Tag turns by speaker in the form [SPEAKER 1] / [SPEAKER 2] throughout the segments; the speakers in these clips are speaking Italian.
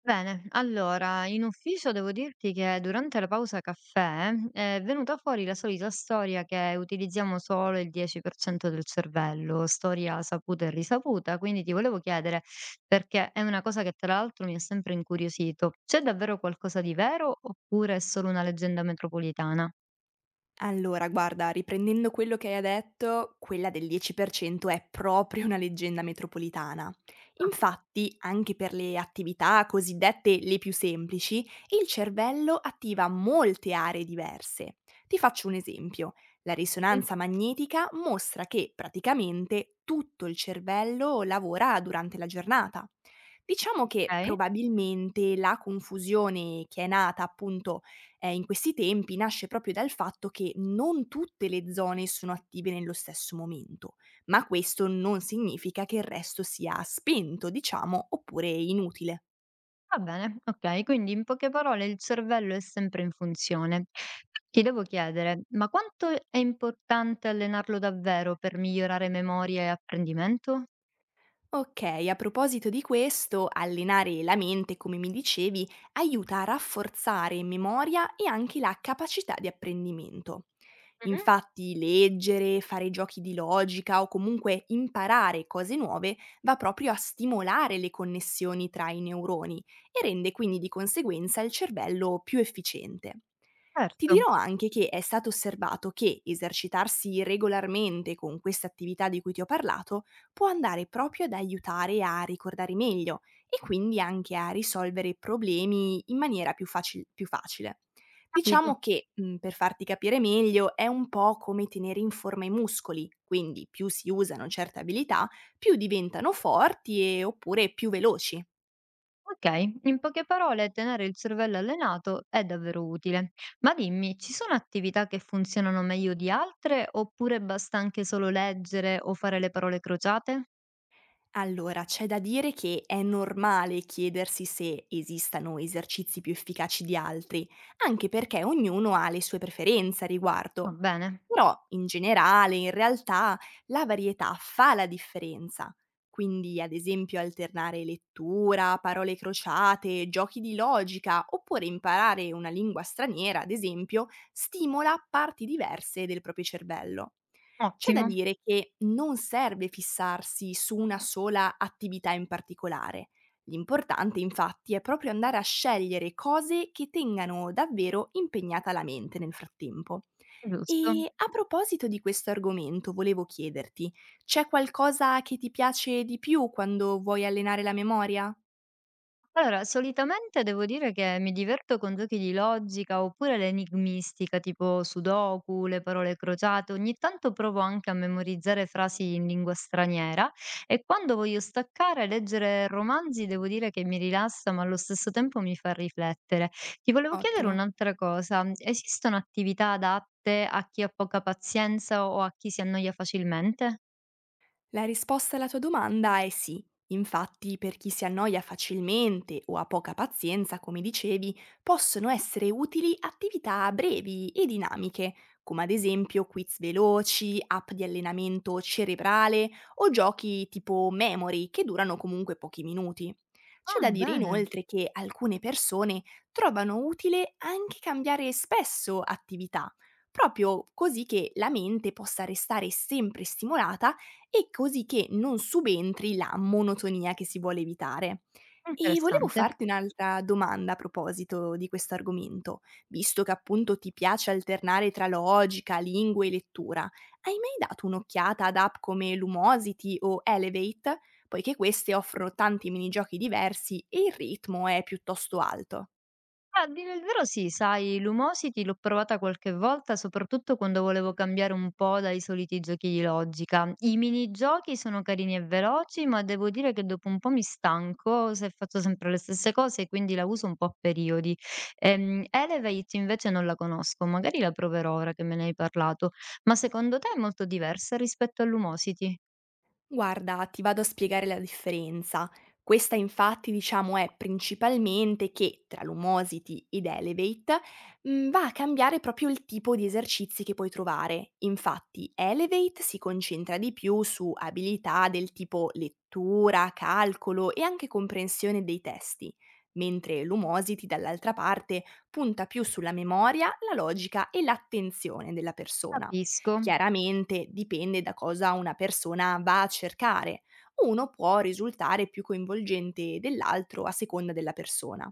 [SPEAKER 1] Bene, allora, in ufficio devo dirti che durante la pausa caffè è venuta fuori la solita storia che utilizziamo solo il 10% del cervello, storia saputa e risaputa, quindi ti volevo chiedere, perché è una cosa che tra l'altro mi ha sempre incuriosito, c'è davvero qualcosa di vero oppure è solo una leggenda metropolitana?
[SPEAKER 2] Allora guarda, riprendendo quello che hai detto, quella del 10% è proprio una leggenda metropolitana.
[SPEAKER 1] Ah,
[SPEAKER 2] Infatti, anche per le attività cosiddette le più semplici, il cervello attiva molte aree diverse. Ti faccio un esempio. La
[SPEAKER 1] sì.
[SPEAKER 2] risonanza magnetica mostra che praticamente tutto il cervello lavora durante la giornata. Diciamo che
[SPEAKER 1] Ok.
[SPEAKER 2] probabilmente la confusione che è nata appunto in questi tempi nasce proprio dal fatto che non tutte le zone sono attive nello stesso momento, ma questo non significa che il resto sia spento, diciamo, oppure inutile.
[SPEAKER 1] Va bene, okay, quindi in poche parole il cervello è sempre in funzione. Ti devo chiedere, ma quanto è importante allenarlo davvero per migliorare memoria e apprendimento?
[SPEAKER 2] Ok, a proposito di questo, allenare la mente, come mi dicevi, aiuta a rafforzare memoria e anche la capacità di apprendimento.
[SPEAKER 1] Mh-mh.
[SPEAKER 2] Infatti, leggere, fare giochi di logica o comunque imparare cose nuove va proprio a stimolare le connessioni tra i neuroni e rende quindi di conseguenza il cervello più efficiente. Ti
[SPEAKER 1] Certo,
[SPEAKER 2] dirò anche che è stato osservato che esercitarsi regolarmente con queste attività di cui ti ho parlato può andare proprio ad aiutare a ricordare meglio e quindi anche a risolvere problemi in maniera più, più facile. Diciamo
[SPEAKER 1] capito.
[SPEAKER 2] che, per farti capire meglio, è un po' come tenere in forma i muscoli, quindi più si usano certe abilità, più diventano forti e oppure più veloci.
[SPEAKER 1] Okay, in poche parole tenere il cervello allenato è davvero utile. Ma dimmi, ci sono attività che funzionano meglio di altre oppure basta anche solo leggere o fare le parole crociate?
[SPEAKER 2] Allora, c'è da dire che è normale chiedersi se esistano esercizi più efficaci di altri, anche perché ognuno ha le sue preferenze a
[SPEAKER 1] Va
[SPEAKER 2] riguardo.
[SPEAKER 1] bene,
[SPEAKER 2] Però, in generale, in realtà, la varietà fa la differenza. Quindi, ad esempio, alternare lettura, parole crociate, giochi di logica, oppure imparare una lingua straniera, ad esempio, stimola parti diverse del proprio cervello. C'è da
[SPEAKER 1] ottimo,
[SPEAKER 2] dire che non serve fissarsi su una sola attività in particolare. L'importante infatti è proprio andare a scegliere cose che tengano davvero impegnata la mente nel frattempo.
[SPEAKER 1] giusto.
[SPEAKER 2] E a proposito di questo argomento volevo chiederti, c'è qualcosa che ti piace di più quando vuoi allenare la memoria?
[SPEAKER 1] Allora, solitamente devo dire che mi diverto con giochi di logica oppure l'enigmistica, tipo Sudoku, le parole crociate. Ogni tanto provo anche a memorizzare frasi in lingua straniera e quando voglio staccare, leggere romanzi, devo dire che mi rilassa, ma allo stesso tempo mi fa riflettere. Ti volevo chiedere
[SPEAKER 2] Ottimo.
[SPEAKER 1] un'altra cosa. Esistono attività adatte a chi ha poca pazienza o a chi si annoia facilmente?
[SPEAKER 2] La risposta alla tua domanda è sì. Infatti, per chi si annoia facilmente o ha poca pazienza, come dicevi, possono essere utili attività brevi e dinamiche, come ad esempio quiz veloci, app di allenamento cerebrale o giochi tipo memory che durano comunque pochi minuti. C'è
[SPEAKER 1] Ah,
[SPEAKER 2] da dire
[SPEAKER 1] bene,
[SPEAKER 2] inoltre che alcune persone trovano utile anche cambiare spesso attività, proprio così che la mente possa restare sempre stimolata e così che non subentri la monotonia che si vuole evitare. E volevo
[SPEAKER 1] interessante.
[SPEAKER 2] farti un'altra domanda a proposito di questo argomento, visto che appunto ti piace alternare tra logica, lingue e lettura, hai mai dato un'occhiata ad app come Lumosity o Elevate? Poiché queste offrono tanti minigiochi diversi e il ritmo è piuttosto alto.
[SPEAKER 1] Ah, a dire il vero sì, sai, l'Umosity l'ho provata qualche volta, soprattutto quando volevo cambiare un po' dai soliti giochi di logica. I minigiochi sono carini e veloci, ma devo dire che dopo un po' mi stanco se faccio sempre le stesse cose, quindi la uso un po' a periodi. Elevate invece non la conosco, magari la proverò ora che me ne hai parlato, ma secondo te è molto diversa rispetto all'Umosity?
[SPEAKER 2] Guarda, ti vado a spiegare la differenza. Questa infatti, diciamo, è principalmente che tra l'Humosity ed Elevate va a cambiare proprio il tipo di esercizi che puoi trovare. Infatti, Elevate si concentra di più su abilità del tipo lettura, calcolo e anche comprensione dei testi, mentre l'Humosity, dall'altra parte, punta più sulla memoria, la logica e l'attenzione della persona.
[SPEAKER 1] Capisco,
[SPEAKER 2] Chiaramente dipende da cosa una persona va a cercare. Uno può risultare più coinvolgente dell'altro a seconda della persona.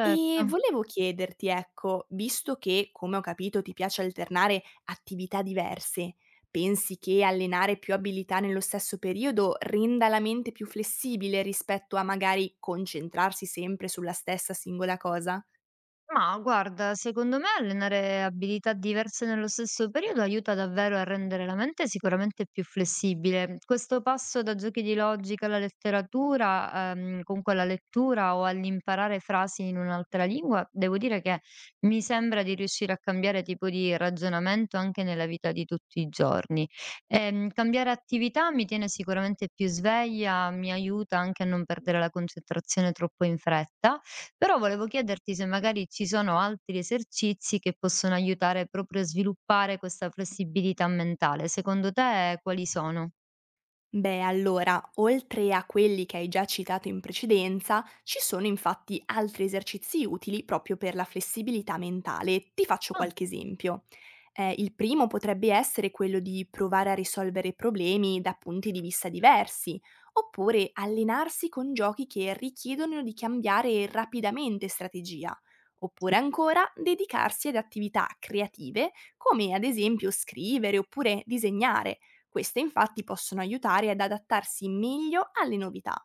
[SPEAKER 2] E volevo chiederti, ecco, visto che, come ho capito, ti piace alternare attività diverse, pensi che allenare più abilità nello stesso periodo renda la mente più flessibile rispetto a magari concentrarsi sempre sulla stessa singola cosa?
[SPEAKER 1] Ma guarda, secondo me allenare abilità diverse nello stesso periodo aiuta davvero a rendere la mente sicuramente più flessibile. Questo passo da giochi di logica alla letteratura, comunque alla lettura o all'imparare frasi in un'altra lingua, devo dire che mi sembra di riuscire a cambiare tipo di ragionamento anche nella vita di tutti i giorni. Cambiare attività mi tiene sicuramente più sveglia, mi aiuta anche a non perdere la concentrazione troppo in fretta però volevo chiederti se magari ci sono altri esercizi che possono aiutare proprio a sviluppare questa flessibilità mentale. Secondo te quali sono?
[SPEAKER 2] Beh, allora, oltre a quelli che hai già citato in precedenza, ci sono infatti altri esercizi utili proprio per la flessibilità mentale. Ti faccio
[SPEAKER 1] Ah,
[SPEAKER 2] qualche esempio. Il primo potrebbe essere quello di provare a risolvere problemi da punti di vista diversi, oppure allenarsi con giochi che richiedono di cambiare rapidamente strategia,
[SPEAKER 1] sì.
[SPEAKER 2] oppure ancora dedicarsi ad attività creative come ad esempio scrivere oppure disegnare queste infatti possono aiutare ad adattarsi meglio alle novità.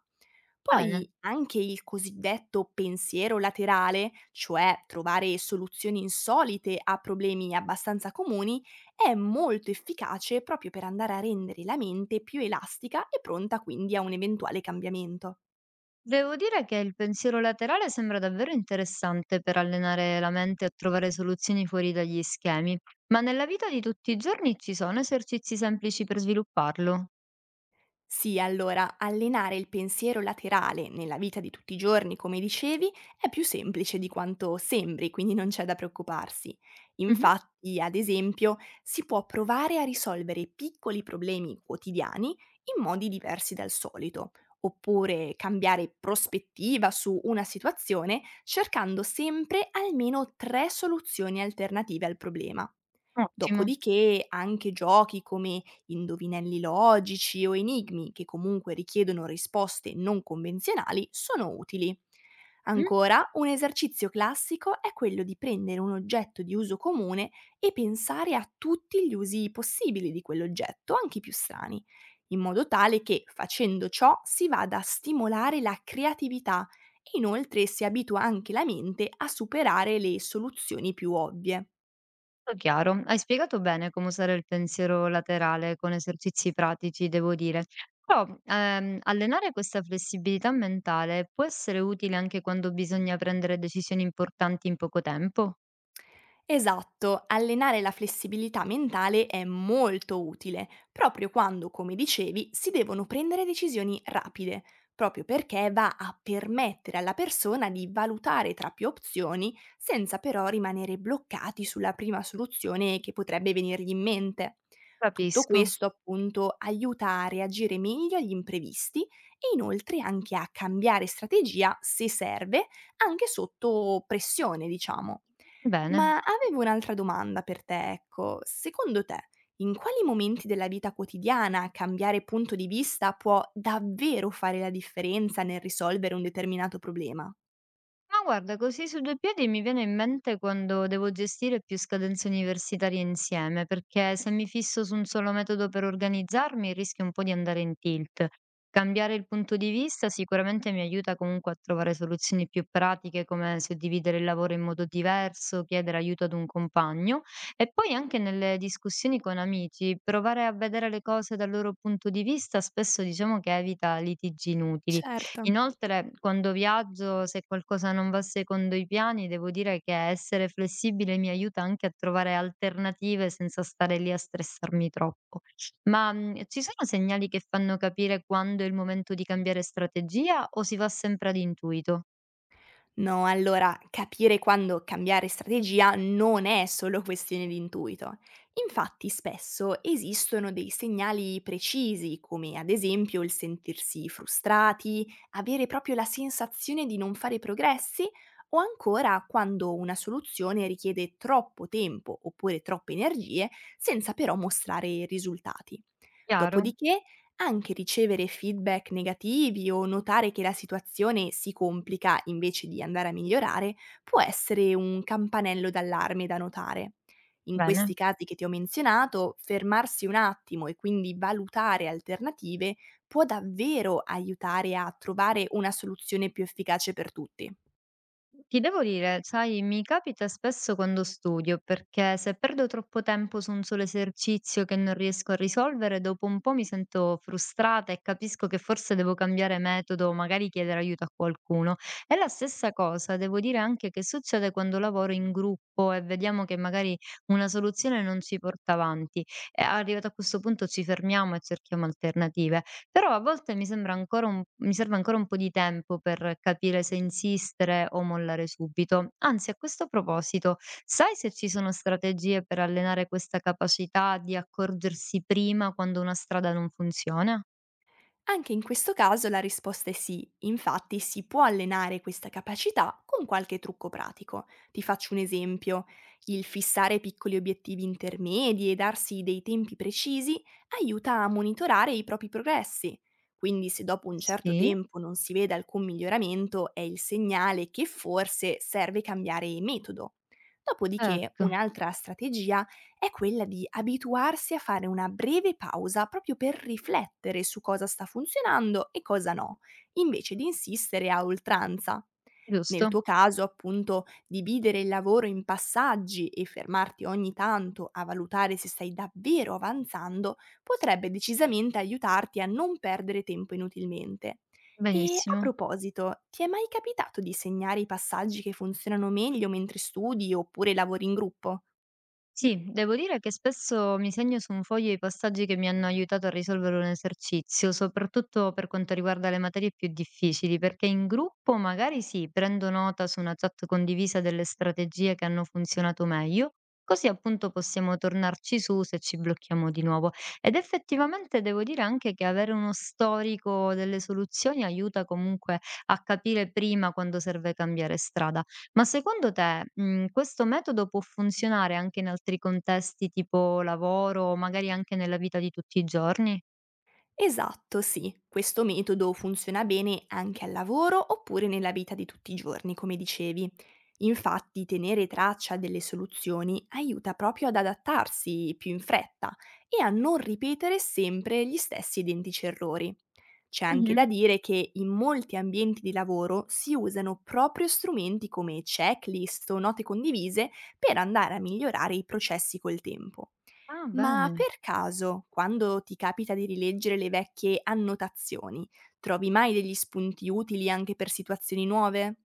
[SPEAKER 1] Bene.
[SPEAKER 2] Poi anche il cosiddetto pensiero laterale, cioè trovare soluzioni insolite a problemi abbastanza comuni, è molto efficace proprio per andare a rendere la mente più elastica e pronta quindi a un eventuale cambiamento.
[SPEAKER 1] Devo dire che il pensiero laterale sembra davvero interessante per allenare la mente a trovare soluzioni fuori dagli schemi, ma nella vita di tutti i giorni ci sono esercizi semplici per svilupparlo?
[SPEAKER 2] Sì, allora, allenare il pensiero laterale nella vita di tutti i giorni, come dicevi, è più semplice di quanto sembri, quindi non c'è da preoccuparsi.
[SPEAKER 1] Mhm,
[SPEAKER 2] Infatti, ad esempio, si può provare a risolvere piccoli problemi quotidiani in modi diversi dal solito, oppure cambiare prospettiva su una situazione cercando sempre almeno 3 soluzioni alternative al problema.
[SPEAKER 1] ottimo.
[SPEAKER 2] Dopodiché anche giochi come indovinelli logici o enigmi che comunque richiedono risposte non convenzionali sono utili. Ancora, un esercizio classico è quello di prendere un oggetto di uso comune e pensare a tutti gli usi possibili di quell'oggetto, anche i più strani, in modo tale che facendo ciò si vada a stimolare la creatività e inoltre si abitua anche la mente a superare le soluzioni più ovvie.
[SPEAKER 1] Tutto chiaro, hai spiegato bene come usare il pensiero laterale con esercizi pratici, devo dire. Però allenare questa flessibilità mentale può essere utile anche quando bisogna prendere decisioni importanti in poco tempo.
[SPEAKER 2] Esatto, allenare la flessibilità mentale è molto utile, proprio quando, come dicevi, si devono prendere decisioni rapide, proprio perché va a permettere alla persona di valutare tra più opzioni senza però rimanere bloccati sulla prima soluzione che potrebbe venirgli in mente. Tutto
[SPEAKER 1] Capisco.
[SPEAKER 2] questo appunto aiuta a reagire meglio agli imprevisti e inoltre anche a cambiare strategia se serve, anche sotto pressione, diciamo.
[SPEAKER 1] Bene.
[SPEAKER 2] Ma avevo un'altra domanda per te, ecco. Secondo te, in quali momenti della vita quotidiana cambiare punto di vista può davvero fare la differenza nel risolvere un determinato problema?
[SPEAKER 1] Ma guarda, così su due piedi mi viene in mente quando devo gestire più scadenze universitarie insieme, perché se mi fisso su un solo metodo per organizzarmi rischio un po' di andare in tilt. Cambiare il punto di vista sicuramente mi aiuta comunque a trovare soluzioni più pratiche, come suddividere il lavoro in modo diverso, chiedere aiuto ad un compagno e poi anche nelle discussioni con amici, provare a vedere le cose dal loro punto di vista spesso diciamo che evita litigi inutili.
[SPEAKER 2] Certo.
[SPEAKER 1] Inoltre, quando viaggio, se qualcosa non va secondo i piani, devo dire che essere flessibile mi aiuta anche a trovare alternative senza stare lì a stressarmi troppo. Ma ci sono segnali che fanno capire quando è il momento di cambiare strategia o si va sempre ad intuito?
[SPEAKER 2] No, allora capire quando cambiare strategia non è solo questione di intuito. Infatti spesso esistono dei segnali precisi, come ad esempio il sentirsi frustrati, avere proprio la sensazione di non fare progressi o ancora quando una soluzione richiede troppo tempo oppure troppe energie senza però mostrare risultati.
[SPEAKER 1] Chiaro?
[SPEAKER 2] Dopodiché anche ricevere feedback negativi o notare che la situazione si complica invece di andare a migliorare può essere un campanello d'allarme da notare. In questi
[SPEAKER 1] Bene.
[SPEAKER 2] casi che ti ho menzionato, fermarsi un attimo e quindi valutare alternative può davvero aiutare a trovare una soluzione più efficace per tutti.
[SPEAKER 1] Ti devo dire, sai, mi capita spesso quando studio, perché se perdo troppo tempo su un solo esercizio che non riesco a risolvere, dopo un po' mi sento frustrata e capisco che forse devo cambiare metodo, o magari chiedere aiuto a qualcuno. È la stessa cosa, devo dire anche che succede quando lavoro in gruppo e vediamo che magari una soluzione non si porta avanti. E arrivato a questo punto ci fermiamo e cerchiamo alternative. Però a volte mi sembra ancora un mi serve ancora un po' di tempo per capire se insistere o mollare subito. Anzi, a questo proposito, sai se ci sono strategie per allenare questa capacità di accorgersi prima quando una strada non funziona?
[SPEAKER 2] Anche in questo caso la risposta è sì, infatti si può allenare questa capacità con qualche trucco pratico. Ti faccio un esempio, il fissare piccoli obiettivi intermedi e darsi dei tempi precisi aiuta a monitorare i propri progressi. Quindi se dopo un certo
[SPEAKER 1] Sì,
[SPEAKER 2] tempo non si vede alcun miglioramento è il segnale che forse serve cambiare metodo. Dopodiché
[SPEAKER 1] certo,
[SPEAKER 2] un'altra strategia è quella di abituarsi a fare una breve pausa proprio per riflettere su cosa sta funzionando e cosa no, invece di insistere a oltranza. Nel
[SPEAKER 1] giusto,
[SPEAKER 2] tuo caso, appunto, dividere il lavoro in passaggi e fermarti ogni tanto a valutare se stai davvero avanzando potrebbe decisamente aiutarti a non perdere tempo inutilmente. E a
[SPEAKER 1] benissimo.
[SPEAKER 2] proposito, ti è mai capitato di segnare i passaggi che funzionano meglio mentre studi oppure lavori in gruppo?
[SPEAKER 1] Sì, devo dire che spesso mi segno su un foglio i passaggi che mi hanno aiutato a risolvere un esercizio, soprattutto per quanto riguarda le materie più difficili, perché in gruppo magari sì, prendo nota su una chat condivisa delle strategie che hanno funzionato meglio, così appunto possiamo tornarci su se ci blocchiamo di nuovo. Ed effettivamente devo dire anche che avere uno storico delle soluzioni aiuta comunque a capire prima quando serve cambiare strada. Ma secondo te, questo metodo può funzionare anche in altri contesti tipo lavoro, o magari anche nella vita di tutti i giorni?
[SPEAKER 2] Esatto, sì. Questo metodo funziona bene anche al lavoro oppure nella vita di tutti i giorni, come dicevi. Infatti, tenere traccia delle soluzioni aiuta proprio ad adattarsi più in fretta e a non ripetere sempre gli stessi identici errori. C'è anche da
[SPEAKER 1] Mh-mh.
[SPEAKER 2] dire che in molti ambienti di lavoro si usano proprio strumenti come checklist o note condivise per andare a migliorare i processi col tempo.
[SPEAKER 1] Ah,
[SPEAKER 2] Ma
[SPEAKER 1] bene.
[SPEAKER 2] per caso, quando ti capita di rileggere le vecchie annotazioni, trovi mai degli spunti utili anche per situazioni nuove?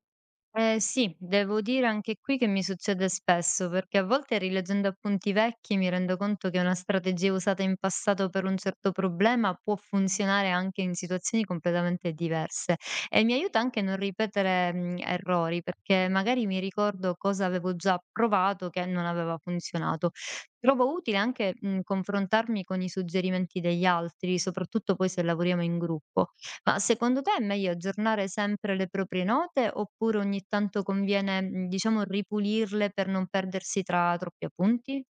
[SPEAKER 1] Eh sì, devo dire anche qui che mi succede spesso, perché a volte rileggendo appunti vecchi mi rendo conto che una strategia usata in passato per un certo problema può funzionare anche in situazioni completamente diverse e mi aiuta anche a non ripetere errori, perché magari mi ricordo cosa avevo già provato che non aveva funzionato. Trovo utile anche confrontarmi con i suggerimenti degli altri, soprattutto poi se lavoriamo in gruppo. Ma secondo te è meglio aggiornare sempre le proprie note oppure ogni tanto conviene, diciamo ripulirle per non perdersi tra troppi appunti?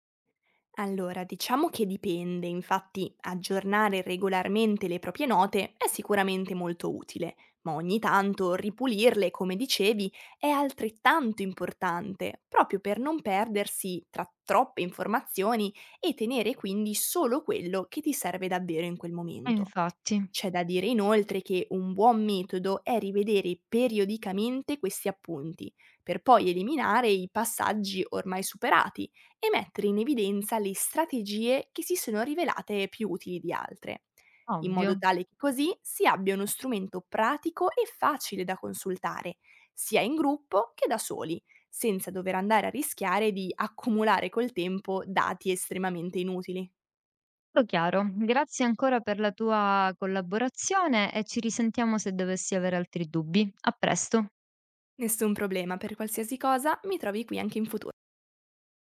[SPEAKER 2] Allora, diciamo che dipende, infatti aggiornare regolarmente le proprie note è sicuramente molto utile, ma ogni tanto ripulirle, come dicevi, è altrettanto importante, proprio per non perdersi tra troppe informazioni e tenere quindi solo quello che ti serve davvero in quel momento.
[SPEAKER 1] Infatti.
[SPEAKER 2] C'è da dire inoltre che un buon metodo è rivedere periodicamente questi appunti, per poi eliminare i passaggi ormai superati e mettere in evidenza le strategie che si sono rivelate più utili di altre, in
[SPEAKER 1] Ovvio,
[SPEAKER 2] modo tale che così si abbia uno strumento pratico e facile da consultare, sia in gruppo che da soli, senza dover andare a rischiare di accumulare col tempo dati estremamente inutili.
[SPEAKER 1] tutto chiaro. Grazie ancora per la tua collaborazione e ci risentiamo se dovessi avere altri dubbi. A presto.
[SPEAKER 2] Nessun problema, per qualsiasi cosa mi trovi qui anche in futuro.